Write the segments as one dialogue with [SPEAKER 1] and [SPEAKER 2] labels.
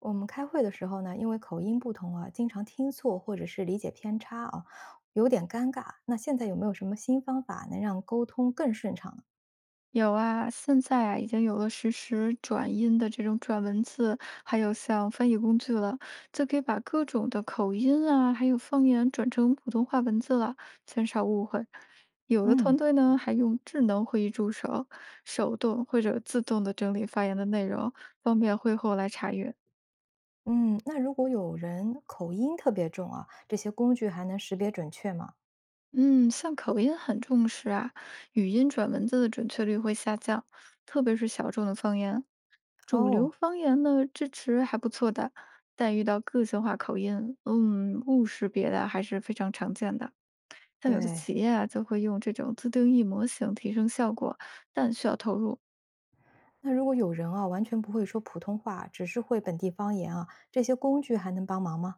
[SPEAKER 1] 我们开会的时候呢，因为口音不同啊，经常听错或者是理解偏差啊，有点尴尬。那现在有没有什么新方法能让沟通更顺畅呢？
[SPEAKER 2] 有啊，现在啊已经有了实时转音的这种转文字，还有像翻译工具了，就可以把各种的口音啊，还有方言转成普通话文字了，减少误会。有的
[SPEAKER 1] 嗯
[SPEAKER 2] 团队呢还用智能会议助手，手动或者自动的整理发言的内容，方便会后来查阅。
[SPEAKER 1] 嗯，那如果有人口音特别重啊，这些工具还能识别准确吗？
[SPEAKER 2] 嗯，像口音很重视啊，语音转文字的准确率会下降，特别是小众的方言。主流
[SPEAKER 1] 哦，
[SPEAKER 2] 方言呢，支持还不错的，但遇到个性化口音，误识别的还是非常常见的。像有的
[SPEAKER 1] 对。
[SPEAKER 2] 企业啊，就会用这种自定义模型提升效果，但需要投入。
[SPEAKER 1] 那如果有人啊，完全不会说普通话，只是会本地方言啊，这些工具还能帮忙吗？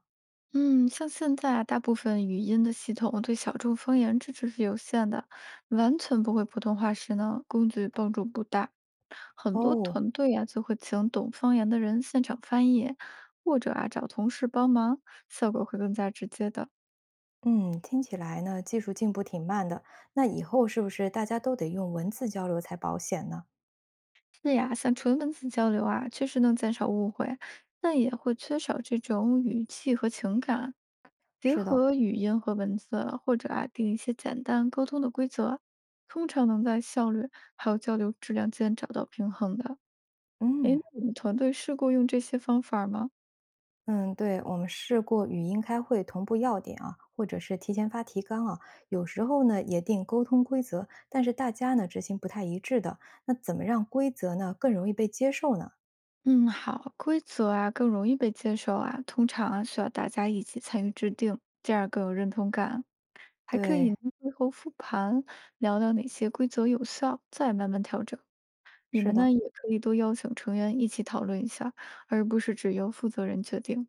[SPEAKER 2] 嗯，像现在啊，大部分语音的系统对小众方言支持是有限的，完全不会普通话时呢，工具帮助不大。很多
[SPEAKER 1] 哦，
[SPEAKER 2] 团队啊，就会请懂方言的人现场翻译，或者啊找同事帮忙，效果会更加直接的。
[SPEAKER 1] 嗯，听起来呢，技术进步挺慢的。那以后是不是大家都得用文字交流才保险呢？
[SPEAKER 2] 是呀，像纯文字交流啊，确实能减少误会，但也会缺少这种语气和情感。结
[SPEAKER 1] 是的，
[SPEAKER 2] 合语音和文字啊或者啊定一些简单沟通的规则，通常能在效率还有交流质量间找到平衡的。诶，
[SPEAKER 1] 嗯
[SPEAKER 2] 那你们团队试过用这些方法吗？
[SPEAKER 1] 嗯，对，我们试过语音开会同步要点啊，或者是提前发提纲啊，有时候呢也定沟通规则，但是大家呢执行不太一致的，那怎么让规则呢更容易被接受呢？
[SPEAKER 2] 嗯，好，规则啊更容易被接受啊，通常啊需要大家一起参与制定，这样更有认同感，还可以呢
[SPEAKER 1] 对，
[SPEAKER 2] 会后复盘，聊聊哪些规则有效，再慢慢调整。你
[SPEAKER 1] 是
[SPEAKER 2] 们呢
[SPEAKER 1] 的，
[SPEAKER 2] 也可以多邀请成员一起讨论一下，而不是只由负责人决定。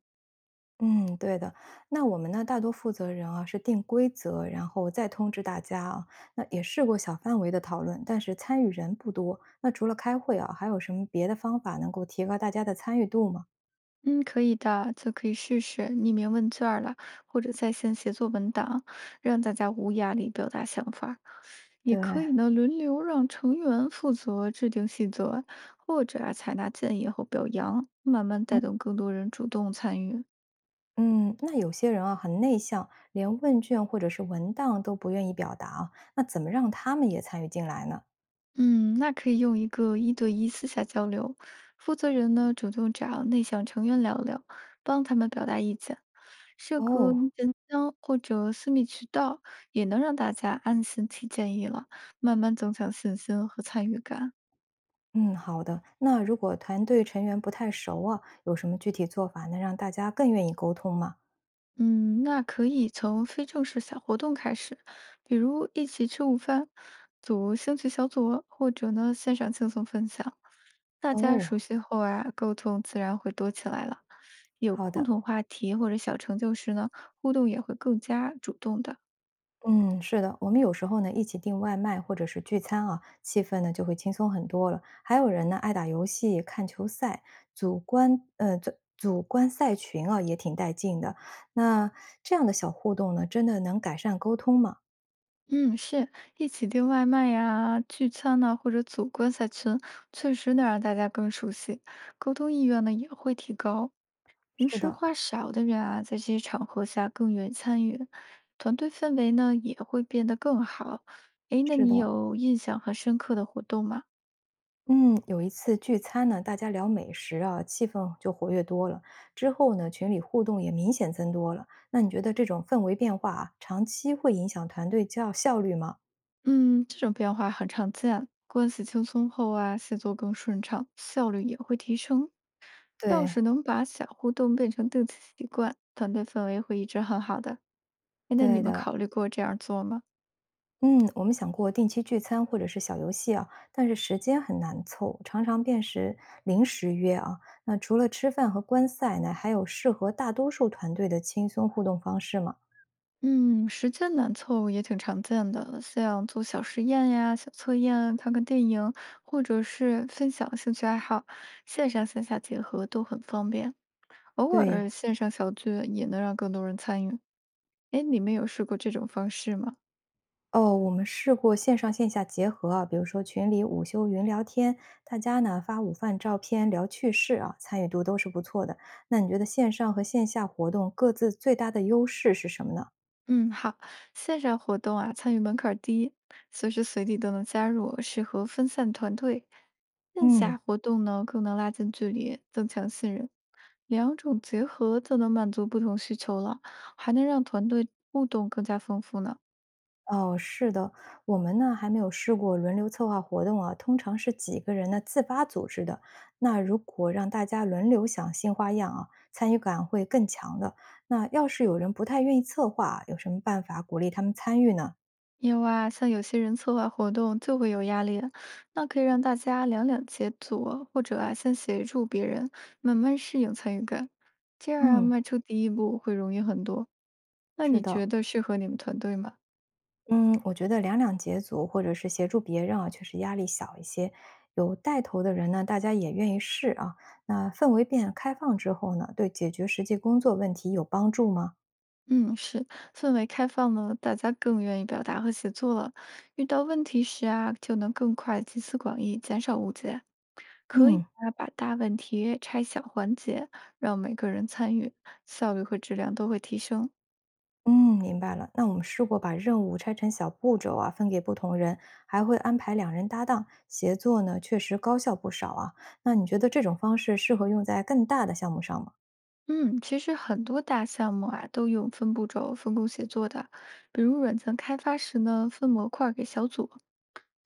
[SPEAKER 1] 嗯，对的。那我们呢大多负责人啊是定规则，然后再通知大家啊。那也试过小范围的讨论，但是参与人不多。那除了开会啊，还有什么别的方法能够提高大家的参与度吗？
[SPEAKER 2] 嗯，可以的，就可以试试匿名问卷儿了，或者在线协作文档，让大家无压力表达想法儿也
[SPEAKER 1] 对，
[SPEAKER 2] 可以呢，轮流让成员负责制定细则，或者啊采纳建议和表扬，慢慢带动更多人主动参与。
[SPEAKER 1] 嗯，那有些人啊很内向，连问卷或者是文档都不愿意表达啊，那怎么让他们也参与进来呢？
[SPEAKER 2] 嗯，那可以用一个一对一私下交流，负责人呢主动找内向成员聊聊，帮他们表达意见，设个
[SPEAKER 1] 哦，
[SPEAKER 2] 意见箱或者私密渠道，也能让大家安心提建议了，慢慢增强信心和参与感。
[SPEAKER 1] 嗯，好的。那如果团队成员不太熟啊，有什么具体做法能让大家更愿意沟通吗？
[SPEAKER 2] 嗯，那可以从非正式小活动开始，比如一起吃午饭、组兴趣小组，或者呢线上轻松分享。大家
[SPEAKER 1] 哦，
[SPEAKER 2] 熟悉后啊，沟通自然会多起来了。有
[SPEAKER 1] 好
[SPEAKER 2] 共
[SPEAKER 1] 的，
[SPEAKER 2] 同话题或者小成就时呢，互动也会更加主动的。
[SPEAKER 1] 嗯，是的，我们有时候呢一起订外卖或者是聚餐啊，气氛呢就会轻松很多了。还有人呢爱打游戏、看球赛，组观赛群啊也挺带劲的。那这样的小互动呢，真的能改善沟通吗？
[SPEAKER 2] 嗯，是一起订外卖呀、聚餐呐、或者组观赛群，确实能让大家更熟悉，沟通意愿呢也会提高。平
[SPEAKER 1] 是
[SPEAKER 2] 时
[SPEAKER 1] 的，
[SPEAKER 2] 话少的人啊，在这些场合下更愿意参与，团队氛围呢也会变得更好。诶，那
[SPEAKER 1] 是
[SPEAKER 2] 你
[SPEAKER 1] 的。
[SPEAKER 2] 有印象很深刻的活动吗？
[SPEAKER 1] 嗯，有一次聚餐呢，大家聊美食啊，气氛就活跃多了。之后呢，群里互动也明显增多了。那你觉得这种氛围变化啊，长期会影响团队效率吗？
[SPEAKER 2] 嗯，这种变化很常见。关系轻松后啊，协作更顺畅，效率也会提升。要
[SPEAKER 1] 对，
[SPEAKER 2] 是能把小互动变成定期习惯，团队氛围会一直很好的。哎，那你
[SPEAKER 1] 对
[SPEAKER 2] 们
[SPEAKER 1] 的。
[SPEAKER 2] 考虑过这样做吗？
[SPEAKER 1] 嗯，我们想过定期聚餐或者是小游戏啊，但是时间很难凑，常常便是临时约啊。那除了吃饭和观赛呢，还有适合大多数团队的轻松互动方式吗？
[SPEAKER 2] 嗯，时间难凑也挺常见的，像做小实验呀、小测验、看看电影，或者是分享兴趣爱好，线上线下结合都很方便。偶尔
[SPEAKER 1] 对，
[SPEAKER 2] 线上小聚也能让更多人参与。哎，你们有试过这种方式吗？
[SPEAKER 1] 哦，我们试过线上线下结合啊，比如说群里午休云聊天，大家呢发午饭照片聊趣事啊，参与度都是不错的。那你觉得线上和线下活动各自最大的优势是什么呢？
[SPEAKER 2] 嗯，好，线上活动啊，参与门槛儿低，随时随地都能加入，适合分散团队。线
[SPEAKER 1] 嗯。
[SPEAKER 2] 下活动呢，更能拉近距离，增强信任，两种结合就能满足不同需求了，还能让团队互动更加丰富呢。
[SPEAKER 1] 哦，是的，我们呢还没有试过轮流策划活动啊，通常是几个人呢自发组织的。那如果让大家轮流想新花样啊，参与感会更强的。那要是有人不太愿意策划，有什么办法鼓励他们参与呢？
[SPEAKER 2] 因为啊，像有些人策划活动就会有压力，那可以让大家两两结组，或者啊，先协助别人，慢慢适应参与感，这样啊，
[SPEAKER 1] 嗯，
[SPEAKER 2] 迈出第一步会容易很多。那
[SPEAKER 1] 是
[SPEAKER 2] 你
[SPEAKER 1] 的，
[SPEAKER 2] 觉得适合你们团队吗？
[SPEAKER 1] 嗯，我觉得两两结组或者是协助别人啊，确实压力小一些。有带头的人呢，大家也愿意试啊。那氛围变开放之后呢，对解决实际工作问题有帮助吗？
[SPEAKER 2] 嗯，是，氛围开放了，大家更愿意表达和协作了。遇到问题时啊，就能更快集思广益，减少误解。可以
[SPEAKER 1] 嗯。
[SPEAKER 2] 啊，把大问题拆小环节，让每个人参与，效率和质量都会提升。
[SPEAKER 1] 嗯，明白了。那我们试过把任务拆成小步骤啊，分给不同人，还会安排两人搭档协作呢，确实高效不少啊。那你觉得这种方式适合用在更大的项目上吗？
[SPEAKER 2] 嗯，其实很多大项目啊，都用分步骤分工协作的。比如软件开发时呢，分模块儿给小组，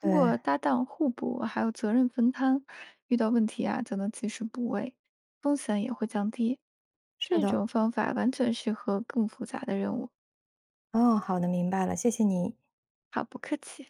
[SPEAKER 2] 通过搭档互补，还有责任分摊，遇到问题啊，就能及时补位，风险也会降低。
[SPEAKER 1] 是
[SPEAKER 2] 这
[SPEAKER 1] 的。
[SPEAKER 2] 种方法完全适合更复杂的任务。
[SPEAKER 1] 哦，好的，明白了，谢谢你。
[SPEAKER 2] 好，不客气。